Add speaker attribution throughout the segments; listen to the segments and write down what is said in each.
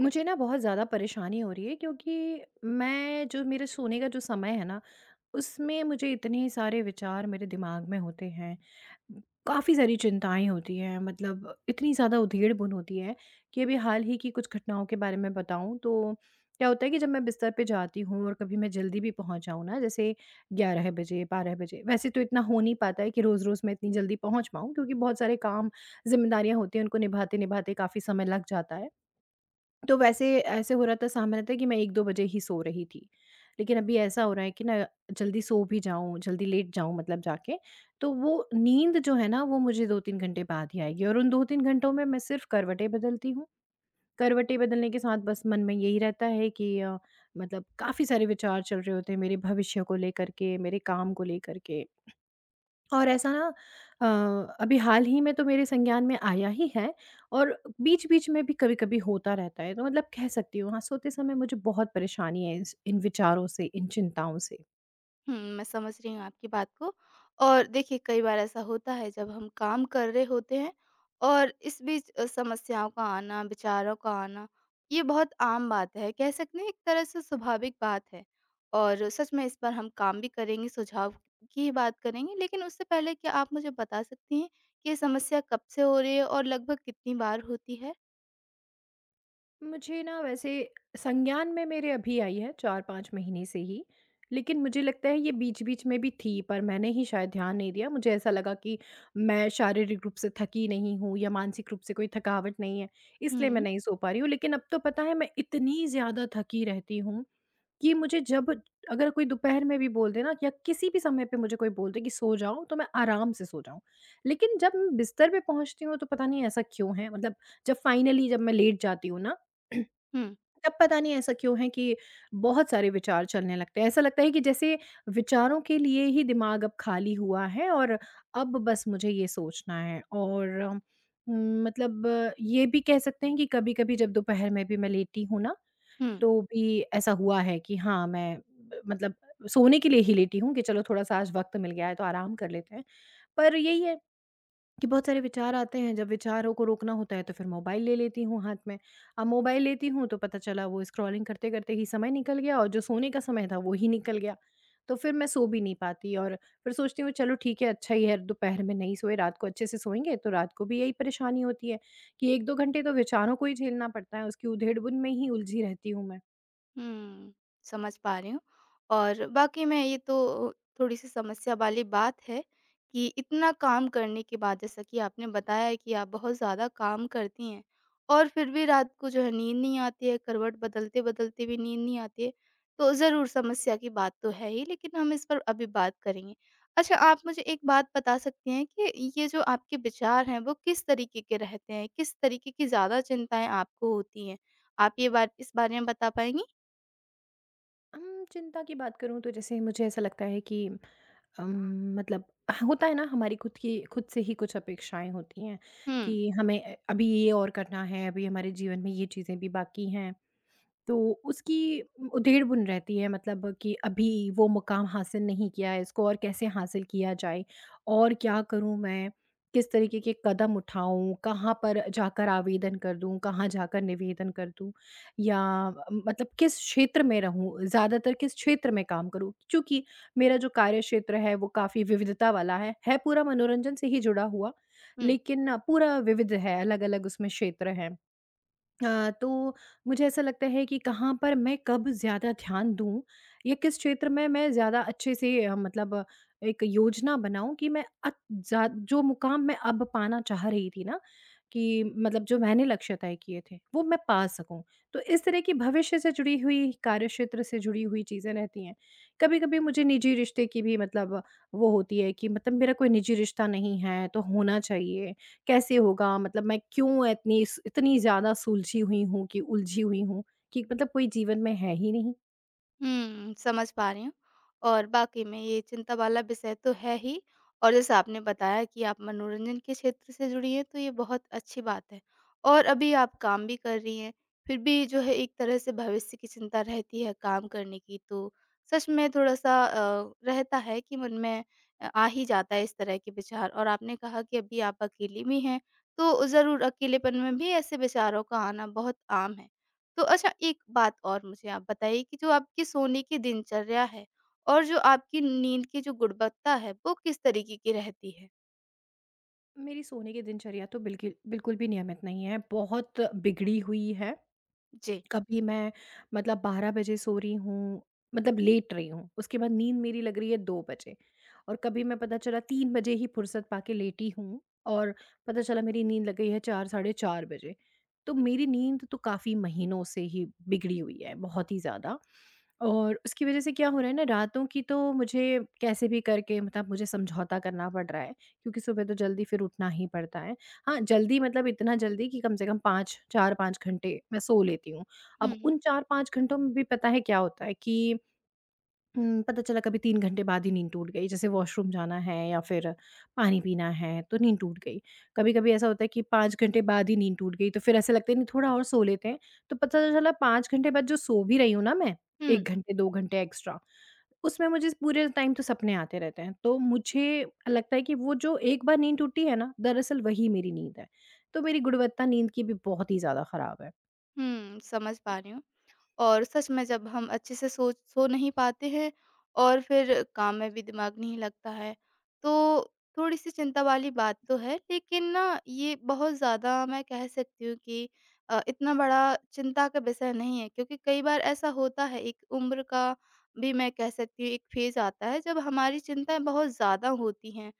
Speaker 1: मुझे ना बहुत ज़्यादा परेशानी हो रही है क्योंकि मैं जो मेरे सोने का जो समय है ना उसमें मुझे इतने सारे विचार मेरे दिमाग में होते हैं। काफ़ी सारी चिंताएं होती हैं मतलब इतनी ज़्यादा उधेड़ बुन होती है कि अभी हाल ही की कुछ घटनाओं के बारे में बताऊं तो क्या होता है कि जब मैं बिस्तर पे जाती हूँ और कभी मैं जल्दी भी पहुंच जाऊँ ना, जैसे 11 बजे 12 बजे, वैसे तो इतना हो नहीं पाता है कि रोज़ रोज़ मैं इतनी जल्दी पहुंच पाऊँ क्योंकि बहुत सारे काम, जिम्मेदारियां होती हैं, उनको निभाते निभाते काफ़ी समय लग जाता है। तो वैसे ऐसे हो रहा था, सामान्यतः था कि मैं 1-2 बजे ही सो रही थी। लेकिन अभी ऐसा हो रहा है कि ना जल्दी सो भी जाऊँ, जल्दी लेट जाऊँ मतलब जाके, तो वो नींद जो है ना वो मुझे 2-3 घंटे बाद ही आएगी और उन 2-3 घंटों में मैं सिर्फ़ करवटें बदलती हूँ। करवटें बदलने के साथ बस मन में यही रहता है कि मतलब काफ़ी सारे विचार चल रहे होते हैं मेरे भविष्य को लेकर के, मेरे काम को लेकर के। और ऐसा ना, अ, अभी हाल ही में तो मेरे संज्ञान में आया ही है और बीच-बीच में भी कभी-कभी होता रहता है। तो मतलब कह सकती हूँ हाँ, सोते समय मुझे बहुत परेशानी है इस इन विचारों से, इन चिंताओं से।
Speaker 2: मैं समझ रही हूँ आपकी बात को। और देखिए कई बार ऐसा होता है जब हम काम कर रहे होते हैं और इस बीच समस्याओं का आना, विचारों का आना, ये बहुत आम बात है। कह सकते हैं एक तरह से स्वाभाविक बात है और सच में इस पर हम काम भी करेंगे, सुझाव की ही बात करेंगे। लेकिन उससे पहले क्या आप मुझे बता सकती हैं कि ये समस्या कब से हो रही है और लगभग कितनी बार होती है?
Speaker 1: मुझे ना वैसे संज्ञान में मेरे अभी आई है 4-5 महीने से ही, लेकिन मुझे लगता है ये बीच-बीच में भी थी पर मैंने ही शायद ध्यान नहीं दिया। मुझे ऐसा लगा कि मैं शारीरिक रूप से थकी नहीं हूँ या मानसिक रूप से कोई थकावट नहीं है, इसलिए मैं
Speaker 2: हुँ,
Speaker 1: नहीं सो पा रही हूँ। लेकिन अब तो पता है मैं इतनी ज़्यादा थकी रहती हूँ कि मुझे जब, अगर कोई दोपहर में भी बोल दे ना या किसी भी समय पे मुझे कोई बोल दे कि सो जाओ, तो मैं आराम से सो जाऊँ। लेकिन जब मैं बिस्तर पे पहुँचती हूँ तो पता नहीं ऐसा क्यों है? मतलब जब फाइनली जब मैं लेट जाती हूँ ना, तब
Speaker 2: हुँ,
Speaker 1: पता नहीं ऐसा क्यों है कि बहुत सारे विचार चलने लगते हैं। ऐसा लगता है कि जैसे विचारों के लिए ही दिमाग अब खाली हुआ है और अब बस मुझे ये सोचना है। और मतलब ये भी कह सकते हैं कि कभी-कभी जब दोपहर में भी मैं लेटी हूँ ना
Speaker 2: हुँ।
Speaker 1: तो भी ऐसा हुआ है कि हाँ, मैं ब मतलब सोने के लिए ही लेटी हूँ कि चलो थोड़ा-सा आज वक़्त मिल गया है तो आराम कर लेते हैं। पर यही है कि बहुत सारे विचार आते हैं, जब विचारों को रोकना होता है तो फिर मोबाइल ले लेती हूँ हाथ में। अब मोबाइल लेती हूँ तो पता चला वो स्क्रॉलिंग करते-करते ही समय निकल गया और जो सोने का समय था वो ही निकल गया। तो फिर मैं सो भी नहीं पाती और फिर सोचती हूँ चलो ठीक है, अच्छा ही है दोपहर में नहीं सोए, रात को अच्छे से सोएँगे, तो रात को भी यही परेशानी होती है कि 1-2 घंटे तो विचारों को ही झेलना पड़ता है, उसकी उधेड़-बुन में ही उलझी रहती हूँ मैं।
Speaker 2: हुँ, समझ पा रही हूँ और वाक़ई में ये तो थोड़ी-सी समस्या वाली बात है कि इतना काम करने के बाद जैसा कि आपने बताया है कि आप बहुत ज़्यादा काम करती हैं और फिर भी रात को जो है नींद नहीं आती है, करवट बदलते-बदलते भी नींद नहीं आती है, तो ज़रूर समस्या की बात तो है ही, लेकिन हम इस पर अभी बात करेंगे। अच्छा, आप मुझे एक बात बता सकती हैं कि ये जो आपके विचार हैं, वो किस तरीके के रहते हैं? किस तरीके की ज़्यादा चिंताएँ आपको होती हैं? आप ये बात इस बारे में बता पाएँगी?
Speaker 1: चिंता की बात करूँ तो जैसे मुझे ऐसा लगता है कि, अम, मतलब होता है ना हमारी खुद की खुद से ही कुछ अपेक्षाएँ होती हैं
Speaker 2: हुँ,
Speaker 1: कि हमें, अभी ये और करना है, अभी हमारे जीवन में ये चीज़ें भी बाकी हैं। तो उसकी उधेड़ बुन रहती है मतलब कि अभी वो मुकाम हासिल नहीं किया है, इसको और कैसे हासिल किया जाए? और क्या करूँ मैं? किस तरीके के कदम उठाऊँ? कहाँ पर जाकर आवेदन कर दूँ? कहाँ जाकर निवेदन कर दूँ? या, मतलब किस क्षेत्र में रहूँ? ज़्यादातर किस क्षेत्र में काम करूँ? चूँकि मेरा जो कार्यक्षेत्र है वो काफ़ी विविधता वाला है पूरा मनोरंजन से ही जुड़ा हुआ,
Speaker 2: हुँ,
Speaker 1: लेकिन पूरा विविध है, अलग-अलग उसमें क्षेत्र हैं। तो मुझे ऐसा लगता है कि कहाँ पर मैं कब ज़्यादा ध्यान दूँ या किस क्षेत्र में मैं ज़्यादा अच्छे से, मतलब एक योजना बनाऊँ कि मैं अत जा जो मुकाम मैं अब पाना चाह रही थी ना, कि मतलब जो मैंने लक्ष्य तय किए थे, वो मैं पा सकूँ। तो इस तरह की भविष्य से जुड़ी हुई, कार्य क्षेत्र से जुड़ी हुई चीज़ें रहती हैं। कभी-कभी मुझे निजी रिश्ते की भी मतलब वो होती है कि मतलब मेरा कोई निजी रिश्ता नहीं है, तो होना चाहिए। कैसे होगा? मतलब मैं क्यों इतनी ज़्यादा सुलझी हुई हूँ कि उलझी हुई हूँ कि मतलब कोई जीवन में है ही नहीं।
Speaker 2: हुँ। समझ पा रही हूँ और वाक़ई में ये चिंता वाला विषय तो है ही और जैसा आपने बताया कि आप मनोरंजन के क्षेत्र से जुड़ी हैं, तो ये बहुत अच्छी बात है और अभी आप काम भी कर रही हैं, फिर भी जो है एक तरह से भविष्य की चिंता रहती है काम करने की, तो सच में थोड़ा-सा रहता है कि मन में आ ही जाता है इस तरह के विचार और आपने कहा कि अभी आप अकेली भी हैं, तो ज़रूर अकेलेपन में भी ऐसे विचारों का आना बहुत आम है। तो अच्छा एक बात और मुझे आप बताइए कि जो आपकी सोने की दिनचर्या है और जो आपकी नींद की जो गुणवत्ता है वो किस तरीके की रहती है?
Speaker 1: मेरी सोने की दिनचर्या तो बिल्कि बिल्कुल भी नियमित नहीं है, बहुत बिगड़ी हुई है।
Speaker 2: जी।
Speaker 1: कभी मैं, मतलब 12 बजे सो रही हूँ, मतलब लेट रही हूँ, उसके बाद नींद मेरी लग रही है 2 बजे और कभी मैं पता चला 3 बजे ही फुर्सत पाके लेटी हूँ और पता चला मेरी नींद लग गई है 4, साढ़े 4 बजे। तो मेरी नींद तो काफ़ी महीनों से ही बिगड़ी हुई है, बहुत ही ज़्यादा, और उसकी वज़ह से क्या हो रहा है ना, रातों की तो मुझे कैसे भी करके मतलब मुझे समझौता करना पड़ रहा है क्योंकि सुबह तो जल्दी फिर उठना ही पड़ता है। हाँ, जल्दी मतलब इतना जल्दी कि कम से कम 5 4-5 घंटे मैं सो लेती हूँ। अब
Speaker 2: हुँ,
Speaker 1: उन 4-5 घंटों में भी पता है क्या होता है कि, पता चला कभी 3 घंटे बाद ही नींद टूट गई, जैसे वॉशरूम जाना है या फिर पानी पीना है, तो नींद टूट गई। कभी-कभी ऐसा होता है कि 5 घंटे बाद ही नींद टूट गई, तो फिर ऐसा लगता है नहीं थोड़ा और सो लेते हैं, तो पता चला 5 घंटे बाद जो सो भी रही हूँ ना मैं, 1
Speaker 2: हुँ,
Speaker 1: घंटे, 2 घंटे एक्स्ट्रा, उसमें मुझे पूरे टाइम तो सपने आते रहते हैं। तो मुझे लगता है कि वो जो एक बार नींद टूटी है ना, दरअसल वही मेरी नींद है। तो मेरी गुणवत्ता नींद की भी बहुत ही ज़्यादा खराब है।
Speaker 2: हुँ। समझ पा रही हूँ। और सच में जब हम अच्छे से सोच सो नहीं पाते हैं और फिर काम में भी दिमाग नहीं लगता है। तो थोड़ी-सी चिंता वाली बात तो है, लेकिन ना ये बहुत ज़्यादा मैं कह सकती हूँ कि इतना बड़ा चिंता का विषय नहीं है क्योंकि कई बार ऐसा होता है एक उम्र का भी मैं कह सकती हूँ एक फ़ेज़ आता है जब हमारी चिंताएँ बहुत ज़्यादा होती हैं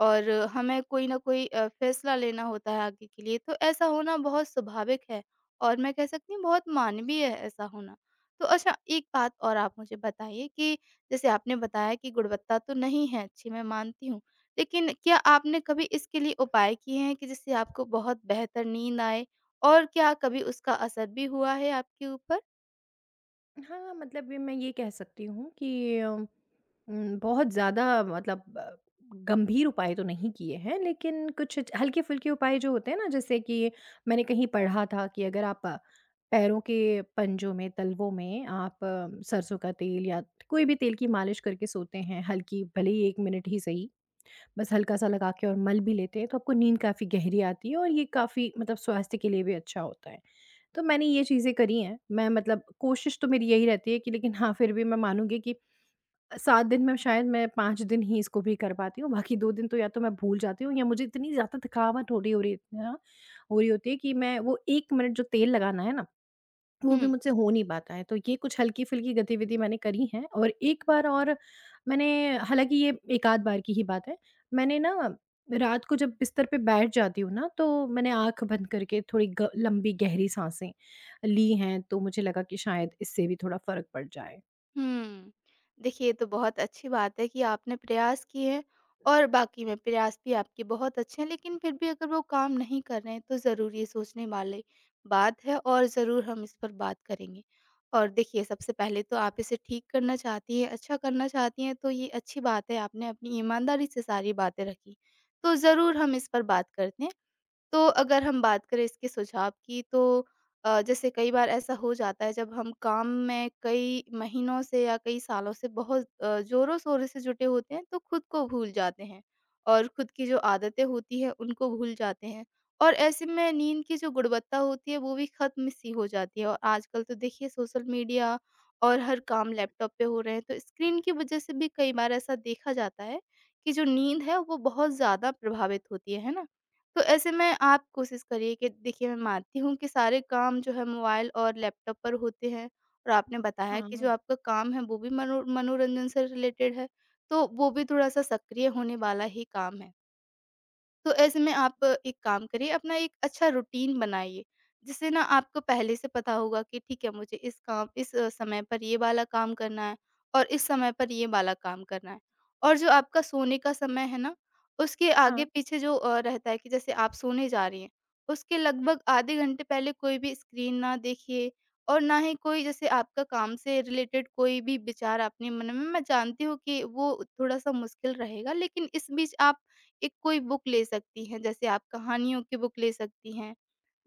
Speaker 2: और हमें कोई न कोई फ़ैसला लेना होता है आगे के लिए। तो ऐसा होना बहुत स्वाभाविक है। और मैं कह सकती हूँ बहुत मानवीय है ऐसा होना। तो अच्छा एक बात और आप मुझे बताइए कि जैसे आपने बताया कि गुणवत्ता तो नहीं है अच्छी, मैं मानती हूँ। लेकिन क्या आपने कभी इसके लिए उपाय किए हैं कि जिससे आपको बहुत बेहतर नींद आए? और क्या कभी उसका असर भी हुआ है आपके ऊपर?
Speaker 1: हाँ, मतलब ये मैं ये कह सकती हूँ कि बहुत ज़्यादा मतलब गंभीर उपाय तो नहीं किए हैं, लेकिन कुछ च हल्के-फुल्के उपाय जो होते हैं ना, जैसे कि मैंने कहीं पढ़ा था कि अगर आप पैरों के पंजों में, तलवों में आप सरसों का तेल या कोई भी तेल की मालिश करके सोते हैं, हल्की भले ही 1 मिनट ही सही, बस हल्का-सा लगा के और मल भी लेते हैं, तो आपको नींद काफ़ी गहरी आती है और ये काफ़ी, मतलब स्वास्थ्य के लिए भी अच्छा होता है। तो मैंने ये चीज़ें करी हैं। मैं मतलब कोशिश तो मेरी यही रहती है कि, लेकिन हाँ, फिर भी मैं मानूँगी कि 7 दिन में शायद मैं 5 दिन ही इसको भी कर पाती हूँ। बाकी 2 दिन तो या तो मैं भूल जाती हूँ या मुझे इतनी ज़्यादा थकावट हो रही है ना, हो रही होती है कि मैं वो 1 मिनट जो तेल लगाना है ना वो भी
Speaker 2: हुँ।
Speaker 1: मुझसे हो नहीं पाता है, तो ये कुछ हल्की-फुल्की गतिविधि मैंने करी हैं। और एक बार और मैंने, हालाँकि ये एक-आध बार की ही बात है, मैंने ना रात को जब बिस्तर पे बैठ जाती हूँ ना, तो मैंने आँख बंद करके थोड़ी ग लंबी गहरी साँसें ली हैं, तो मुझे लगा कि शायद इससे भी थोड़ा फ़र्क पड़ जाए।
Speaker 2: हुँ। देखिए, ये तो बहुत अच्छी बात है कि आपने प्रयास किए हैं और बाकी में प्रयास भी आपके बहुत अच्छे हैं, लेकिन फिर भी अगर वो काम नहीं कर रहे हैं, तो ज़रूर ये सोचने वाली बात है और ज़रूर हम इस पर बात करेंगे। और देखिए, सबसे पहले तो आप इसे ठीक करना चाहती हैं, अच्छा करना चाहती हैं, तो ये अच्छी बात है, आपने अपनी ईमानदारी से सारी बातें रखी। तो ज़रूर हम इस पर बात करते हैं। तो अगर हम बात करें इसके सुझाव की, तो जैसे कई बार ऐसा हो जाता है जब हम काम में कई महीनों से या कई सालों से बहुत जोरों शोरों से जुटे होते हैं, तो खुद को भूल जाते हैं और खुद की जो आदतें होती हैं उनको भूल जाते हैं और ऐसे में नींद की जो गुणवत्ता होती है वो भी खत्म सी हो जाती है। और आजकल तो देखिए सोशल मीडिया और हर काम लैपटॉप पे हो रहे हैं, तो स्क्रीन की वजह से भी कई बार ऐसा देखा जाता है कि जो नींद है वो बहुत ज़्यादा प्रभावित होती है ना? तो ऐसे में आप कोशिश करिए कि देखिए मैं मानती हूँ कि सारे काम जो है मोबाइल और लैपटॉप पर होते हैं और आपने बताया कि
Speaker 1: हाँ,
Speaker 2: जो आपका काम है वो भी मनोरंजन से रिलेटेड है, तो वो भी थोड़ा-सा सक्रिय होने वाला ही काम है। तो ऐसे में आप एक काम करिए, अपना एक अच्छा रूटीन बनाइए, जिससे ना आपको पहले से पता होगा कि ठीक है, मुझे इस समय पर ये वाला काम करना है और इस समय पर ये वाला काम करना है। और जो आपका सोने का समय है ना, उसके
Speaker 1: हाँ।
Speaker 2: आगे-पीछे जो रहता है कि जैसे आप सोने जा रही हैं, उसके लगभग आधे घंटे पहले कोई भी स्क्रीन ना देखिए और ना ही कोई जैसे आपका काम से रिलेटेड कोई भी विचार अपने मन में, मैं जानती हूँ कि वो थोड़ा-सा मुश्किल रहेगा, लेकिन इस बीच आप एक कोई बुक ले सकती हैं, जैसे आप कहानियों की बुक ले सकती हैं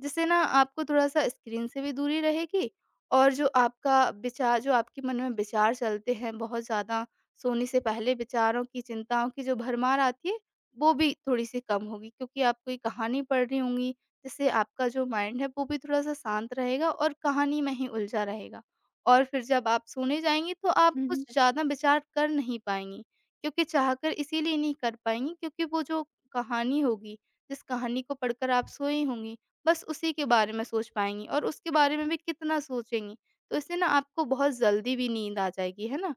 Speaker 2: जिससे ना आपको थोड़ा-सा स्क्रीन से भी दूरी रहेगी और जो आपका विचार, जो आपके मन में विचार चलते हैं बहुत ज़्यादा, सोने से पहले विचारों की, चिंताओं की जो भरमार आती है, वो भी थोड़ी-सी कम होगी क्योंकि आप कोई कहानी पढ़ रही होंगी, जिससे आपका जो माइंड है वो भी थोड़ा-सा शांत रहेगा और कहानी में ही उलझा रहेगा। और फिर जब आप सोने जाएँगी तो आप
Speaker 1: हुँ,
Speaker 2: कुछ
Speaker 1: हुँ।
Speaker 2: ज़्यादा विचार कर नहीं पाएँगी क्योंकि चाहकर इसीलिए नहीं कर पाएँगी क्योंकि वो जो कहानी होगी, जिस कहानी को पढ़कर आप सोई होंगी बस उसी के बारे में सोच पाएँगी और उसके बारे में भी कितना सोचेंगी। तो इससे ना आपको बहुत जल्दी भी नींद आ जाएगी, है ना?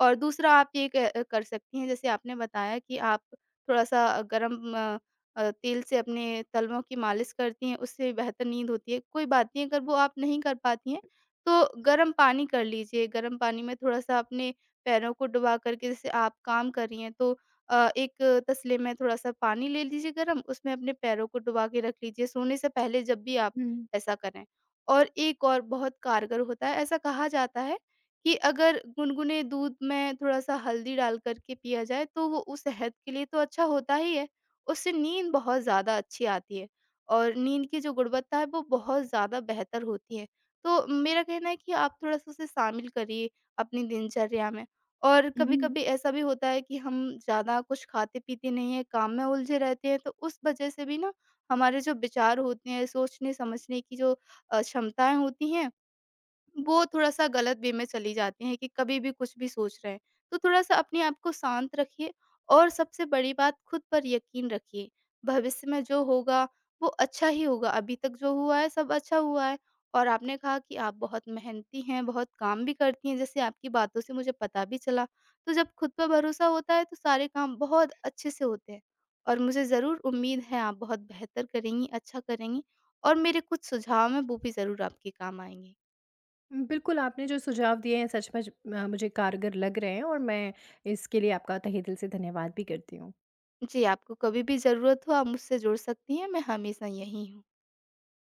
Speaker 2: और दूसरा आप ये क कर सकती हैं, जैसे आपने बताया कि आप थोड़ा-सा गरम तेल से अपने तलवों की मालिश करती हैं, उससे बेहतर नींद होती है। कोई बात नहीं अगर वो आप नहीं कर पाती हैं, तो गरम पानी कर लीजिए। गरम पानी में थोड़ा-सा अपने पैरों को डुबा कर के जैसे आप काम कर रही हैं, तो एक तसले में थोड़ा-सा पानी ले लीजिए गरम, उसमें अपने पैरों को डुबा के रख लीजिए सोने से पहले जब भी आप
Speaker 1: हुँ,
Speaker 2: ऐसा करें। और एक और बहुत कारगर होता है, ऐसा कहा जाता है कि अगर गुनगुने दूध में थोड़ा-सा हल्दी डाल कर के पिया जाए, तो वो उस सेहत के लिए तो अच्छा होता ही है, उससे नींद बहुत ज़्यादा अच्छी आती है और नींद की जो गुणवत्ता है, वो बहुत ज़्यादा बेहतर होती है। तो मेरा कहना है कि आप थोड़ा-सा उसे शामिल करिए अपनी दिनचर्या में। और
Speaker 1: हुँ, हुँ।
Speaker 2: कभी-कभी ऐसा भी होता है कि हम ज़्यादा कुछ खाते-पीते नहीं हैं, काम में उलझे रहते हैं, तो उस वजह से भी ना हमारे जो विचार होते हैं, सोचने-समझने की जो क्षमताएँ होती हैं वो थोड़ा-सा गलत वे में चली जाती हैं कि कभी भी कुछ भी सोच रहे हैं। तो थोड़ा-सा अपने आप को शांत रखिए और सबसे बड़ी बात खुद पर यकीन रखिए। भविष्य में जो होगा वो अच्छा ही होगा, अभी तक जो हुआ है सब अच्छा हुआ है। और आपने कहा कि आप बहुत मेहनती हैं, बहुत काम भी करती हैं, जैसे आपकी बातों से मुझे पता भी चला। तो जब खुद पर भरोसा होता है तो सारे काम बहुत अच्छे से होते हैं। और मुझे ज़रूर उम्मीद है आप बहुत बेहतर करेंगी, अच्छा करेंगी और मेरे कुछ सुझाव हैं वो भी ज़रूर आपके काम आएँगे।
Speaker 1: बिल्कुल, आपने जो सुझाव दिए हैं सचमुच मुझे कारगर लग रहे हैं और मैं इसके लिए आपका तहे दिल से धन्यवाद भी करती हूँ।
Speaker 2: जी, आपको कभी भी ज़रूरत हो आप मुझसे जुड़ सकती हैं, मैं हमेशा यहीं हूँ।